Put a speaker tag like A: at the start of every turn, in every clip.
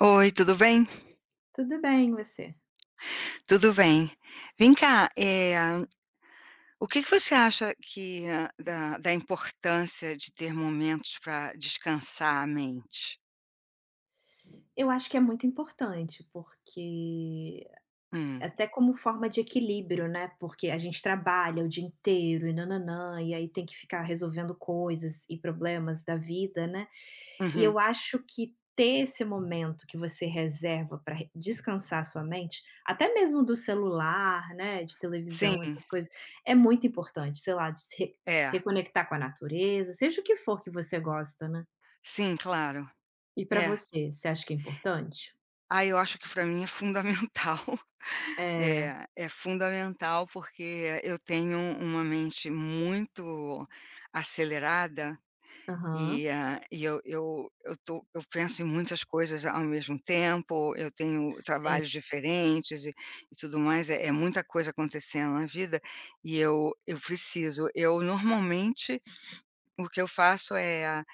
A: Oi, tudo bem?
B: Tudo bem, você?
A: Tudo bem. Vem cá, o que que você acha que da importância de ter momentos para descansar a mente?
B: Eu acho que é muito importante, porque
A: Hum,
B: até como forma de equilíbrio, né, porque a gente trabalha o dia inteiro e nananã e aí tem que ficar resolvendo coisas e problemas da vida, né. E
A: uhum.
B: eu acho que ter esse momento que você reserva para descansar sua mente, até mesmo do celular, né, de
A: Sim,
B: televisão, essas coisas, é muito importante, sei lá, de se re
A: é.
B: reconectar com a natureza, seja o que for que você gosta, né.
A: Sim, claro.
B: E para
A: É.
B: você, você acha que é importante?
A: Ah, eu acho que para mim é fundamental.
B: É.
A: É, é fundamental, porque eu tenho uma mente muito acelerada.
B: Aham.
A: E eu penso em muitas coisas ao mesmo tempo, eu tenho
B: Sim.
A: trabalhos diferentes e tudo mais, é muita coisa acontecendo na vida, e eu normalmente, o que eu faço é,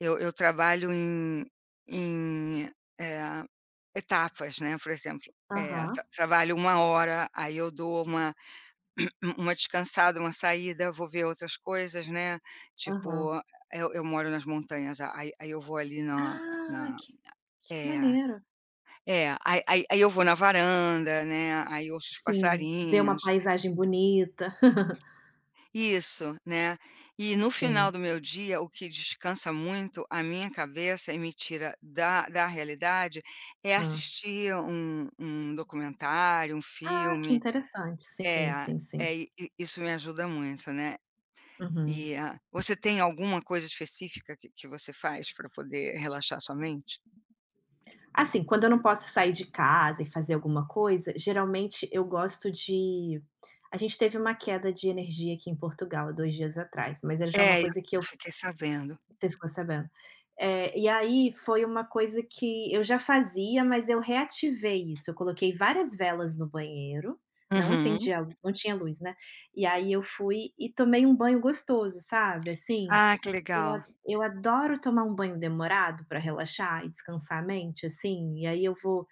A: eu trabalho em, eh, etapas, né, por exemplo,
B: Aham,
A: trabalho uma hora, aí eu dou uma descansada, uma saída, vou ver outras coisas, né,
B: aham.
A: tipo, eu moro nas montanhas, aí eu vou ali na
B: Ah,
A: na
B: que
A: é,
B: maneiro.
A: é, aí eu vou na varanda, né, aí ouço os
B: Sim, ver uma
A: passarinhos.
B: paisagem bonita.
A: Isso, né. E no final
B: Sim.
A: do meu dia, o que descansa muito a minha cabeça e me tira da realidade, é
B: Hã.
A: assistir um documentário, um
B: Ah, que
A: filme.
B: interessante. Sim,
A: É,
B: sim, sim.
A: é, isso me ajuda muito, né.
B: Uhum.
A: E, você tem alguma coisa específica que você faz para poder relaxar sua mente?
B: Assim, quando eu não posso sair de casa e fazer alguma coisa, geralmente eu gosto de a gente teve uma queda de energia aqui em Portugal há 2 dias atrás, mas era já uma
A: É, eu
B: coisa que eu.
A: fiquei sabendo.
B: Você ficou sabendo. E aí foi uma coisa que eu já fazia, mas eu reativei isso, eu coloquei várias velas no banheiro, não
A: Uhum.
B: acendia a não tinha luz, né. E aí eu fui e tomei um banho gostoso, sabe, assim.
A: Ah, que
B: Eu a
A: legal.
B: eu adoro tomar um banho demorado para relaxar e descansar a mente, assim, e aí eu vou.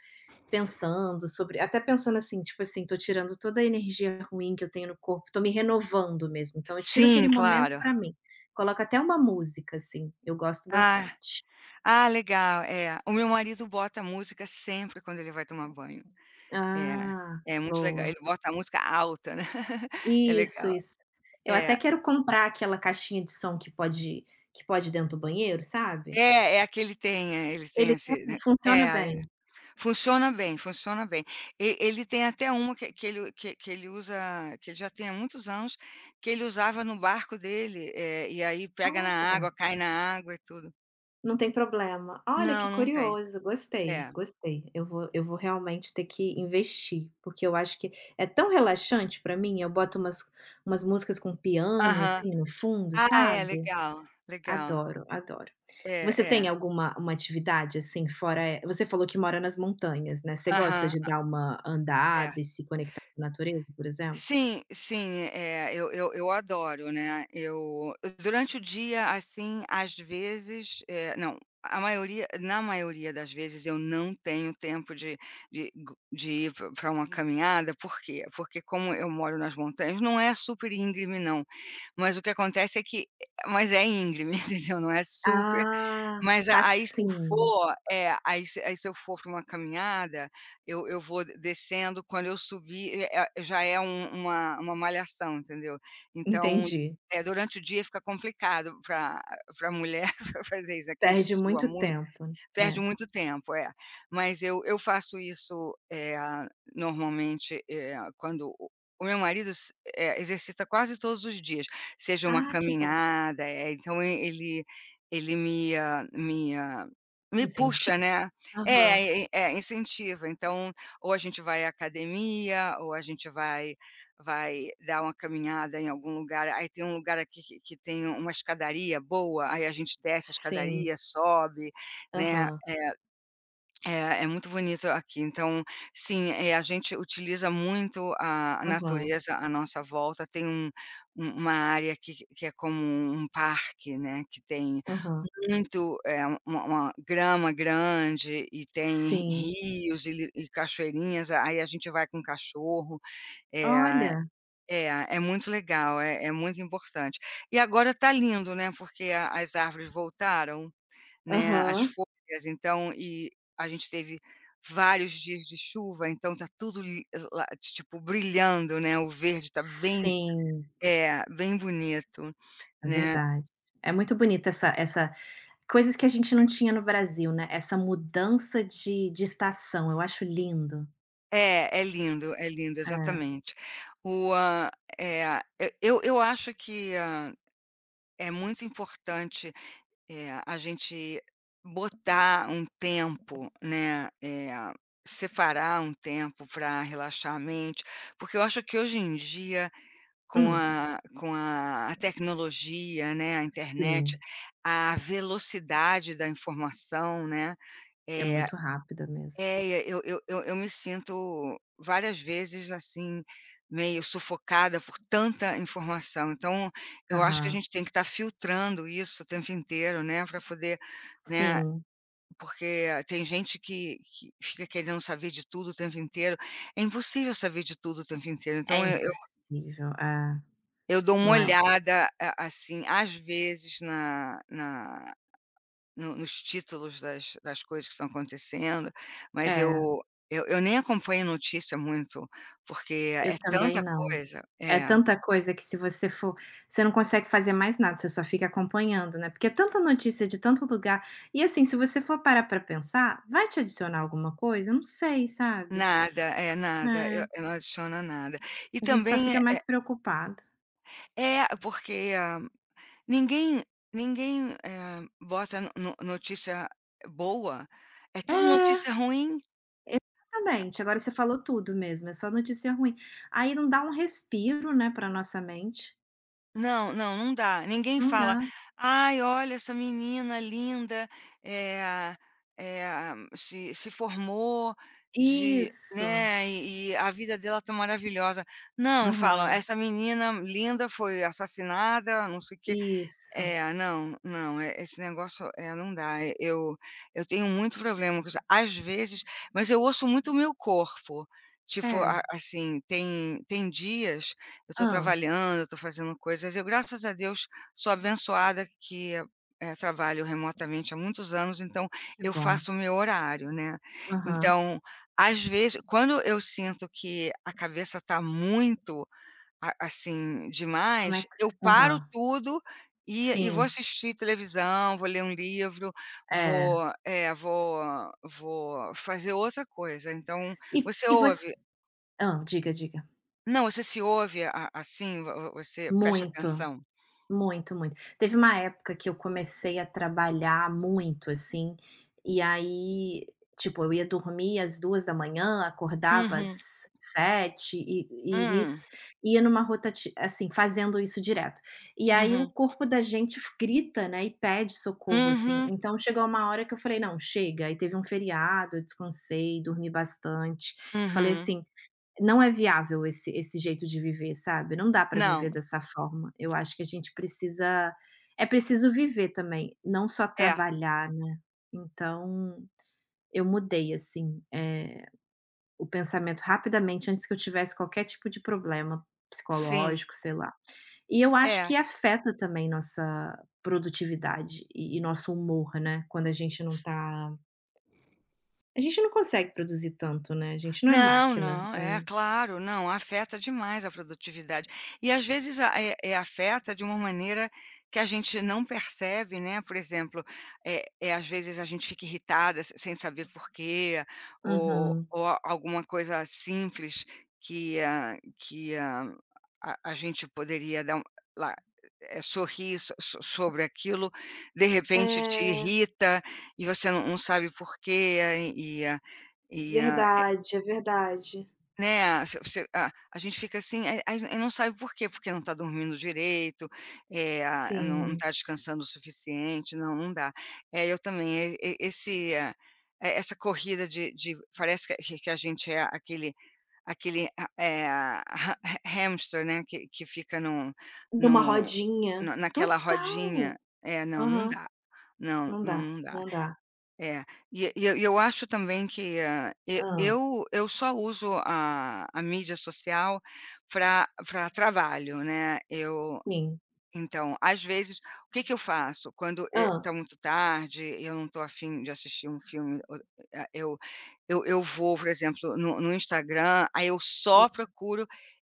B: Pensando sobre até pensando assim, tipo assim, tô tirando toda a energia ruim que eu tenho no corpo, tô me renovando mesmo, então eu tiro
A: Sim,
B: aquele momento
A: claro.
B: pra mim. Coloco até uma música, assim, eu gosto
A: Ah
B: bastante.
A: ah, legal, é. O meu marido bota música sempre quando ele vai tomar banho. É,
B: Ah,
A: é muito legal.
B: boa.
A: Ele bota a música alta, né. É
B: Isso,
A: legal.
B: isso. Eu até
A: É.
B: quero comprar aquela caixinha de som que pode ir dentro do banheiro, sabe?
A: É, aquele, ele tem, ele tem
B: Ele
A: esse,
B: tem?
A: né.
B: Funciona
A: É.
B: bem.
A: Funciona bem, funciona bem. E ele tem até uma que ele que ele usa que ele já tem há muitos anos, que ele usava no barco dele, e aí pega na
B: Olha.
A: água, cai na água e tudo.
B: Não tem problema. Olha, que
A: Não, não tem.
B: curioso, gostei,
A: É.
B: gostei. Eu vou realmente ter que investir, porque eu acho que é tão relaxante pra mim, eu boto umas músicas com piano,
A: Aham.
B: assim, no fundo,
A: Ah, é,
B: sabe.
A: legal, legal.
B: Adoro, adoro.
A: É,
B: Você
A: é.
B: tem alguma uma atividade, assim, fora você falou que mora nas montanhas, né, você gosta
A: Aham,
B: de dar uma
A: é.
B: andada e se conectar com a natureza, por exemplo?
A: Sim, sim, eu adoro, né, eu durante o dia, assim, às vezes, não, a maioria na maioria das vezes eu não tenho tempo de ir para uma caminhada, por quê? Porque como eu moro nas montanhas, não é super íngreme não, mas o que acontece é que, mas é íngreme, entendeu? Não é super.
B: Ah,
A: Mas a aí se eu
B: passinho,
A: for, aí se eu for para uma caminhada, eu vou descendo, quando eu subir, já é uma malhação, entendeu. Então,
B: entendi.
A: é durante o dia fica complicado para a mulher fazer isso, né, que a gente
B: Perde
A: sua
B: muito
A: muito.
B: tempo, né?
A: Perde
B: É.
A: muito tempo, é. Mas eu faço isso, normalmente, quando o meu marido, exercita quase todos os dias, seja uma
B: Ah, que bom.
A: caminhada, então, ele me, ah, me, ah,
B: Te
A: me
B: incenti
A: puxa, né.
B: Aham.
A: É, é, é, incentiva. Então, ou a gente vai à academia, ou a gente vai dar uma caminhada em algum lugar. Aí tem um lugar aqui que tem uma escadaria boa, aí a gente desce a
B: Sim.
A: escadaria, sobe, né.
B: Aham,
A: É, é muito bonito aqui. Então, sim, a gente utiliza muito a
B: aham,
A: natureza à nossa volta. Tem uma área que é como um parque, né, que tem
B: aham.
A: muito, uma grama grande e tem
B: Sim.
A: rios e cachoeirinhas, aí a gente vai com cachorro. Eh,
B: Olha.
A: é, é muito legal, é muito importante. E agora está lindo, né, porque a as árvores voltaram. Né, as
B: Aham.
A: folhas, então a gente teve vários dias de chuva, então tá tudo li lá, tipo, brilhando, né, o verde tá bem,
B: Sim,
A: bem bonito,
B: é
A: né.
B: verdade. É muito bonita essa coisas que a gente não tinha no Brasil, né, essa mudança de estação, eu acho lindo.
A: É, é lindo,
B: É.
A: exatamente. O, hã, é Eu acho que, é muito importante, a gente botar um tempo, né, separar um tempo para relaxar a mente, porque eu acho que hoje em dia Com
B: Hum,
A: a com a a tecnologia, né, a internet,
B: sim,
A: a velocidade da informação, né,
B: é
A: é,
B: muito rápida mesmo.
A: eu me sinto várias vezes, assim, meio sufocada por tanta informação. Então, eu acho que a
B: Aham.
A: gente tem que estar filtrando isso o tempo inteiro, né, para poder, né,
B: Sim,
A: porque tem gente que fica querendo saber de tudo o tempo inteiro. É impossível saber de tudo o tempo inteiro,
B: é
A: então eu
B: impossível. É,
A: Eu dou uma
B: não é?
A: olhada, a assim, às vezes na na no nos títulos das coisas que estão acontecendo, mas eu
B: É.
A: eu eu nem acompanho notícia muito, porque
B: Eu
A: é
B: também
A: tanta
B: não.
A: coisa,
B: É tanta coisa que se você for você não consegue fazer mais nada, você só fica acompanhando, né, porque é tanta notícia de tanto lugar. E, assim, se você for parar pra pensar, vai te adicionar alguma coisa? Eu não sei, sabe.
A: é nada, eu
B: É,
A: eu não adiciono nada. E
B: a gente só
A: também
B: fica
A: é
B: mais preocupado.
A: é, é porque ninguém, ninguém bota notícia boa, é tudo
B: É,
A: notícia ruim.
B: exatamente, agora você falou tudo mesmo, é só notícia ruim. Aí não dá um respiro, né, pra nossa mente.
A: Não, não, não dá. Ninguém
B: Não
A: fala:
B: dá.
A: "Ai, olha essa menina linda, eh, se formou de,
B: Isso.
A: né, e a vida dela tá maravilhosa." Não, falam:
B: Aham.
A: "Essa menina linda foi assassinada, não sei o quê."
B: Isso.
A: É, não, não, esse negócio, é, não dá. Eu, tenho muito problema com isso. Às vezes, mas eu ouço muito o meu corpo, tipo, a
B: É.
A: assim, tem dias eu estou
B: Ah.
A: trabalhando, eu estou fazendo coisas, eu, graças a Deus, sou abençoada que, trabalho remotamente há muitos anos, então
B: Que
A: eu
B: bom.
A: faço o meu horário, né.
B: Aham.
A: Então, às vezes quando eu sinto que a cabeça está muito, a assim,
B: Como é
A: demais,
B: que
A: eu
B: Aham,
A: paro tudo e vou
B: sim,
A: assistir televisão, vou ler um livro,
B: é.
A: vou, eh, vou vou fazer outra coisa. Então,
B: E
A: você
B: e voc
A: ouve,
B: Diga, diga.
A: não, você se ouve, a assim, vo você presta
B: Muito.
A: atenção.
B: Muito, muito. Teve uma época que eu comecei a trabalhar muito, assim, e aí, tipo, eu ia dormir às 2 da manhã, acordava
A: Uhum.
B: às 7 e
A: Hum.
B: nisso ia numa rotati assim, fazendo isso direto. E aí o
A: Uhum.
B: corpo da gente f grita, né, e pede socorro, assim.
A: Uhum.
B: Então chegou uma hora que eu falei: "Não, chega". Aí teve um feriado, eu descansei, dormi bastante e falei
A: Uhum.
B: assim: não é viável esse jeito de viver, sabe, não dá para viver
A: Não.
B: dessa forma. Eu acho que a gente precisa é preciso viver também, não só
A: É.
B: trabalhar, né. Então, eu mudei, assim, o pensamento rapidamente antes que eu tivesse qualquer tipo de problema
A: Sim.
B: psicológico, sei lá. E eu acho
A: É.
B: que afeta também nossa produtividade e nosso humor, né, quando a gente não consegue produzir tanto, né, a gente não é
A: Não,
B: máquina.
A: não,
B: É.
A: é claro, não, afeta demais a produtividade. E às vezes afeta de uma maneira que a gente não percebe, né, por exemplo, às vezes a gente fica irritada se sem saber porquê,
B: Uhum.
A: ou a alguma coisa simples que a a gente poderia dar um lá, sorrir sobre aquilo, de repente te
B: É,
A: irrita, e você não sabe porquê, e e a e a
B: verdade, é verdade.
A: né, a se você a gente fica assim, aí não sabe por quê, porque não está dormindo direito, é a não
B: Sim.
A: está descansando o suficiente, não, não dá. É, eu também, e esse, essa corrida de parece que a que a gente é aquele ha eh, ha hamster, né, que fica num
B: Numa
A: num
B: rodinha.
A: na naquela
B: Total.
A: rodinha. É, não, não
B: Aham.
A: dá. Não,
B: Não
A: não,
B: dá,
A: não dá.
B: não dá.
A: É, e eu acho também que, ah, e
B: Hã,
A: eu eu só uso a mídia social pra trabalho, né, eu
B: sim.
A: então, às vezes, o que eu faço? Quando
B: Hã.
A: está muito tarde, eu não estou afim de assistir um filme, o ah, eu vou, por exemplo, no Instagram, aí eu só procuro,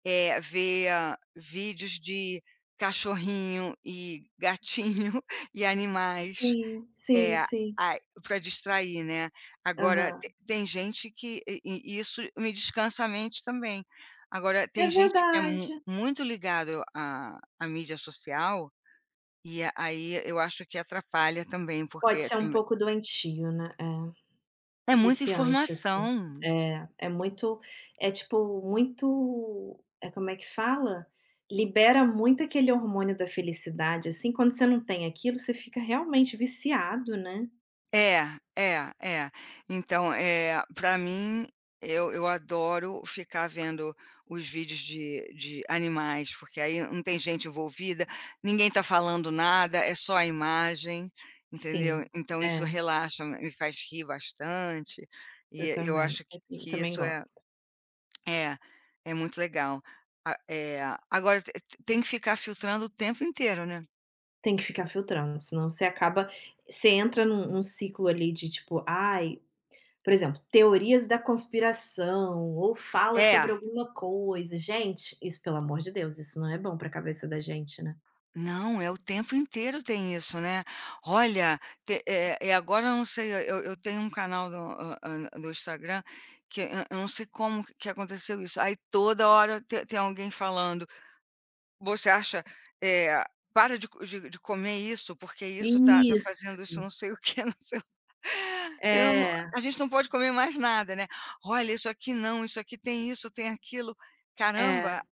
A: ver vídeos de cachorrinho e gatinho e animais.
B: Sim, sim,
A: É,
B: sim.
A: para distrair, né. Agora
B: Aham.
A: te tem gente que isso me descansa a mente também. Agora
B: É
A: tem gente que é mu
B: verdade.
A: muito ligado à mídia social, e aí eu acho que atrapalha também,
B: Pode
A: porque
B: ser um
A: tem
B: pouco doentio, né. É,
A: é muita
B: viciante, assim.
A: informação.
B: É, é muito é tipo muito É como é que fala? Libera muito aquele hormônio da felicidade, assim, quando você não tem aquilo, você fica realmente viciado, né.
A: É, é, é. Então, é para mim, eu adoro ficar vendo os vídeos de animais, porque aí não tem gente envolvida, ninguém está falando nada, é só a imagem,
B: Sim,
A: entendeu? Então isso
B: é.
A: relaxa, me faz rir bastante, e
B: Eu
A: eu
B: também,
A: acho que
B: eu
A: que
B: também
A: isso
B: gosto.
A: é é muito legal. A eh, agora te tem que ficar filtrando o tempo inteiro, né?
B: Tem que ficar filtrando, senão você entra num ciclo ali de tipo, ai, por exemplo, teorias da conspiração ou fala
A: É.
B: sobre alguma coisa. Gente, isso pelo amor de Deus, isso não é bom para a cabeça da gente, né.
A: Não, é o tempo inteiro tem isso, né. Olha, agora eu não sei, eu tenho um canal do Instagram que, eu não sei como que aconteceu isso, aí toda hora te tem alguém falando: "Você acha, eh, para de co de comer isso, porque isso tá fazendo
B: Isso,
A: isso não sei o que. não sei o." eu não
B: é,
A: A gente não pode comer mais nada, né. "Olha, isso aqui não, isso aqui tem isso, tem aquilo."
B: é.
A: Caramba!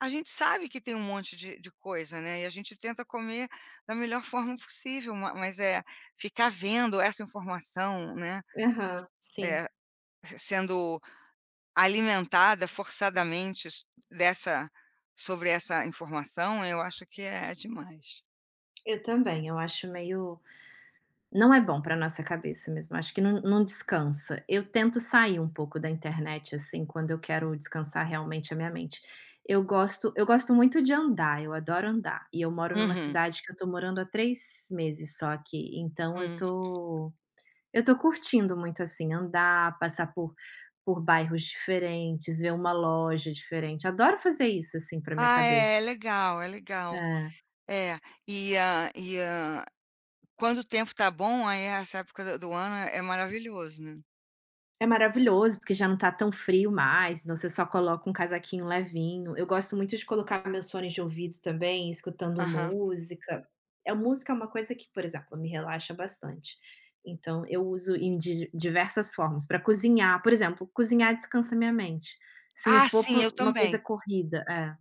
A: A gente sabe que tem um monte de coisa, né, e a gente tenta comer da melhor forma possível, ma mas, é ficar vendo essa informação, né,
B: Aham, sim.
A: eh, se sendo alimentada forçadamente, s dessa sobre essa informação, eu acho que é demais.
B: Eu também, eu acho meio Não é bom para nossa cabeça mesmo, acho que não descansa. Eu tento sair um pouco da internet, assim, quando eu quero descansar realmente a minha mente. Eu gosto muito de andar, eu adoro andar, e eu moro numa
A: Uhum,
B: cidade que eu estou morando há 3 meses só aqui, então eu
A: hum.
B: tô eu tô curtindo muito, assim, andar, passar por bairros diferentes, ver uma loja diferente, adoro fazer isso, assim, para minha
A: Ah,
B: cabeça.
A: é, é legal, é legal.
B: É.
A: É, e a quando o tempo está bom, aí essa época do ano é maravilhoso, né.
B: É maravilhoso, porque já não tá tão frio mais, então você só coloca um casaquinho levinho. Eu gosto muito de colocar meus fones de ouvido também, escutando
A: Aham.
B: música. É, música é uma coisa que, por exemplo, me relaxa bastante. Então eu uso em di diversas formas, para cozinhar, por exemplo, cozinhar descansa minha mente. Se não
A: Ah,
B: for
A: sim, eu
B: por uma coisa
A: também.
B: corrida é,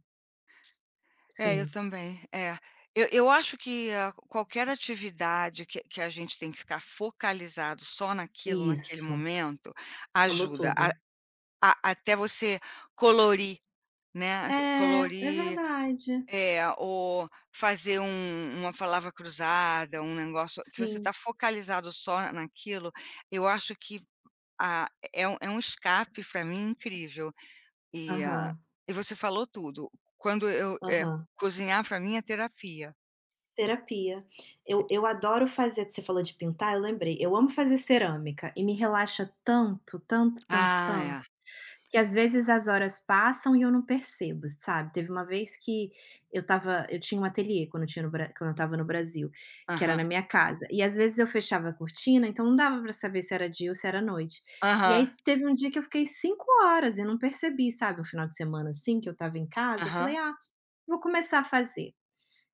A: É, eu
B: sim,
A: também, é. Eu acho que a qualquer atividade que a gente tem que ficar focalizado só naquilo, naquele
B: isso,
A: momento,
B: falou
A: ajuda a
B: tudo.
A: a até você colorir, né,
B: É, é
A: colorir,
B: verdade.
A: ou fazer uma palavra cruzada, um negócio que você
B: Sim.
A: está focalizado só naquilo, eu acho que a é um escape para mim incrível. E,
B: Aham,
A: e você falou tudo. Quando eu, eh,
B: aham.
A: cozinhar para mim é terapia.
B: Terapia. Eu adoro fazer, você falou de pintar, eu lembrei, eu amo fazer cerâmica e me relaxa tanto, tanto, tanto,
A: Ah,
B: tanto,
A: é.
B: que às vezes as horas passam e eu não percebo, sabe. Teve uma vez que eu tinha um ateliê quando eu estava no Brasil, que era na
A: Aham.
B: minha casa, e às vezes eu fechava a cortina, então não dava pra saber se era dia ou se era noite. E
A: Aham.
B: aí teve um dia que eu fiquei 5 horas e não percebi, sabe, um final de semana, assim, que eu tava em casa, eu
A: Aham.
B: falei: "Ah, vou começar a fazer".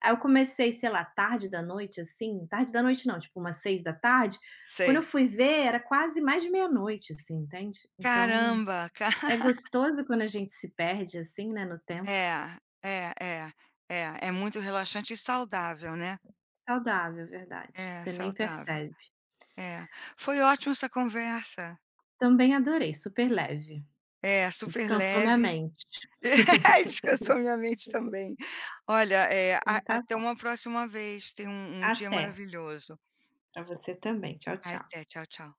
B: Aí eu comecei, sei lá, tarde da noite, assim, tarde da noite não, tipo umas 6 da tarde. Quando eu
A: Sei.
B: fui ver era quase mais de meia-noite, assim, entende. Então,
A: Caramba, ca
B: é gostoso quando a gente se perde, assim, né, no tempo.
A: É, é, é, é. É muito relaxante e saudável, né.
B: Saudável, verdade,
A: É,
B: você nem
A: saudável.
B: percebe.
A: É. Foi ótima essa conversa.
B: Também adorei, super leve,
A: É, super
B: descansou minha
A: leve.
B: mente.
A: E descansou minha mente também. Olha, a
B: Então tá
A: até
B: bom.
A: uma próxima vez. Tenha um dia
B: Até,
A: maravilhoso.
B: pra você também. Tchau, tchau.
A: Até. Tchau, tchau.